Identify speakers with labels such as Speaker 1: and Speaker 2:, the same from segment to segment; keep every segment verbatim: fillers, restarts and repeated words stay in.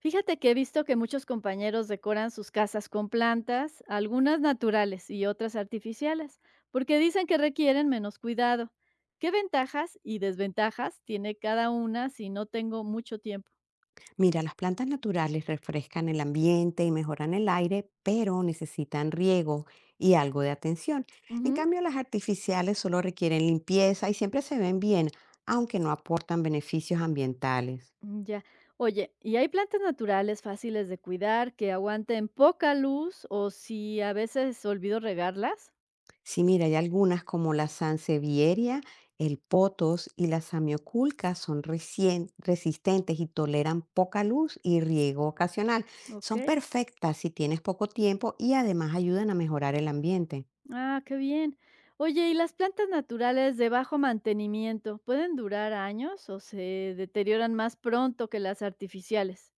Speaker 1: Fíjate que he visto que muchos compañeros decoran sus casas con plantas, algunas naturales y otras artificiales, porque dicen que requieren menos cuidado. ¿Qué ventajas y desventajas tiene cada una si no tengo mucho tiempo?
Speaker 2: Mira, las plantas naturales refrescan el ambiente y mejoran el aire, pero necesitan riego y algo de atención. En
Speaker 1: Ujú,
Speaker 2: cambio, las artificiales solo requieren limpieza y siempre se ven bien, aunque no aportan beneficios ambientales.
Speaker 1: mm, ya. Oye, ¿y hay plantas naturales fáciles de cuidar que aguanten poca luz o si a veces olvido regarlas?
Speaker 2: Sí, mira, hay algunas como la sansevieria, el potos y la samioculca son recien- resistentes y toleran poca luz y riego ocasional.
Speaker 1: Ok.
Speaker 2: Son perfectas si tienes poco tiempo y además ayudan a mejorar el ambiente.
Speaker 1: Ah, qué bien. Oye, ¿y las plantas naturales de bajo mantenimiento pueden durar años o se deterioran más pronto que las artificiales?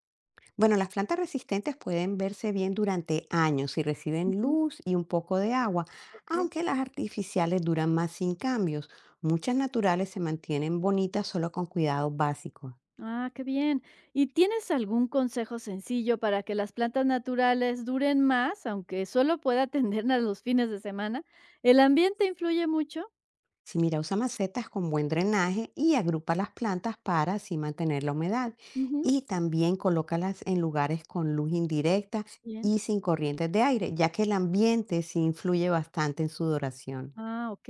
Speaker 2: Bueno, las plantas resistentes pueden verse bien durante años si reciben
Speaker 1: Ujú,
Speaker 2: luz y un poco de agua,
Speaker 1: ok.
Speaker 2: aunque las artificiales duran más sin cambios. Muchas naturales se mantienen bonitas solo con cuidados básicos.
Speaker 1: Ah, qué bien. ¿Y tienes algún consejo sencillo para que las plantas naturales duren más, aunque solo pueda atenderlas los fines de semana? ¿El ambiente influye mucho?
Speaker 2: Si mira, usa macetas con buen drenaje y agrupa las plantas para así mantener la humedad.
Speaker 1: Ujú.
Speaker 2: Y también colócalas en lugares con luz indirecta
Speaker 1: Bien.
Speaker 2: y sin corrientes de aire, ya que el ambiente sí influye bastante en su duración.
Speaker 1: Ah, ok.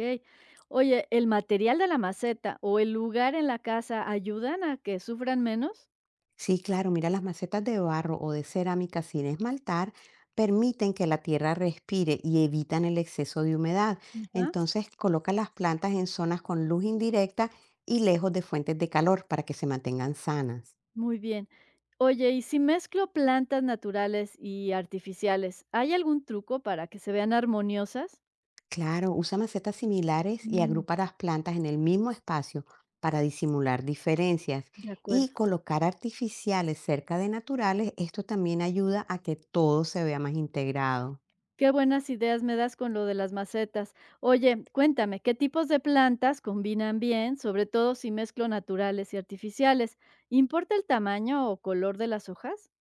Speaker 1: Oye, ¿el material de la maceta o el lugar en la casa ayudan a que sufran menos?
Speaker 2: Sí, claro, mira, las macetas de barro o de cerámica sin esmaltar permiten que la tierra respire y evitan el exceso de humedad.
Speaker 1: Ajá.
Speaker 2: Entonces, coloca las plantas en zonas con luz indirecta y lejos de fuentes de calor para que se mantengan sanas.
Speaker 1: Muy bien. Oye, y si mezclo plantas naturales y artificiales, ¿hay algún truco para que se vean armoniosas?
Speaker 2: Claro, usa macetas similares y
Speaker 1: Mm,
Speaker 2: agrupa las plantas en el mismo espacio para disimular diferencias.
Speaker 1: de acuerdo.
Speaker 2: Y colocar artificiales cerca de naturales, esto también ayuda a que todo se vea más integrado.
Speaker 1: Qué buenas ideas me das con lo de las macetas. Oye, cuéntame, ¿qué tipos de plantas combinan bien, sobre todo si mezclo naturales y artificiales? ¿Importa el tamaño o color de las hojas?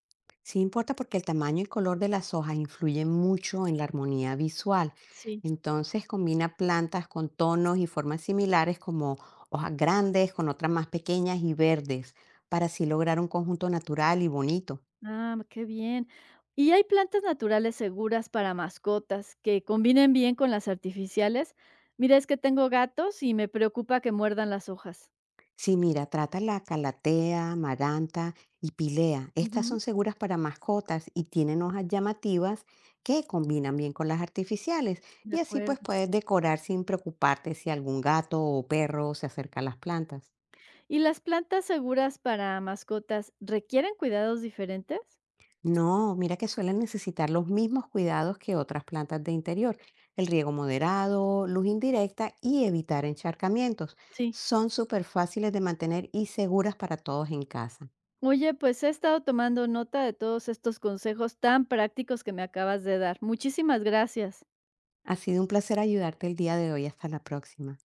Speaker 2: Sí importa porque el tamaño y color de las hojas influyen mucho en la armonía visual.
Speaker 1: Sí.
Speaker 2: Entonces combina plantas con tonos y formas similares como hojas grandes con otras más pequeñas y verdes para así lograr un conjunto natural y bonito.
Speaker 1: Ah, pues, qué bien. ¿Y hay plantas naturales seguras para mascotas que combinen bien con las artificiales? Mira, es que tengo gatos y me preocupa que muerdan las hojas.
Speaker 2: Sí, mira, trata la calatea, maranta y pilea. Estas
Speaker 1: Ujú.
Speaker 2: son seguras para mascotas y tienen hojas llamativas que combinan bien con las artificiales
Speaker 1: De
Speaker 2: y así
Speaker 1: acuerdo.
Speaker 2: pues puedes decorar sin preocuparte si algún gato o perro se acerca a las plantas.
Speaker 1: ¿Y las plantas seguras para mascotas requieren cuidados diferentes?
Speaker 2: No, mira que suelen necesitar los mismos cuidados que otras plantas de interior. El riego moderado, luz indirecta y evitar encharcamientos.
Speaker 1: Sí.
Speaker 2: Son súper fáciles de mantener y seguras para todos en casa.
Speaker 1: Oye, pues he estado tomando nota de todos estos consejos tan prácticos que me acabas de dar. Muchísimas gracias.
Speaker 2: Ha sido un placer ayudarte el día de hoy. Hasta la próxima.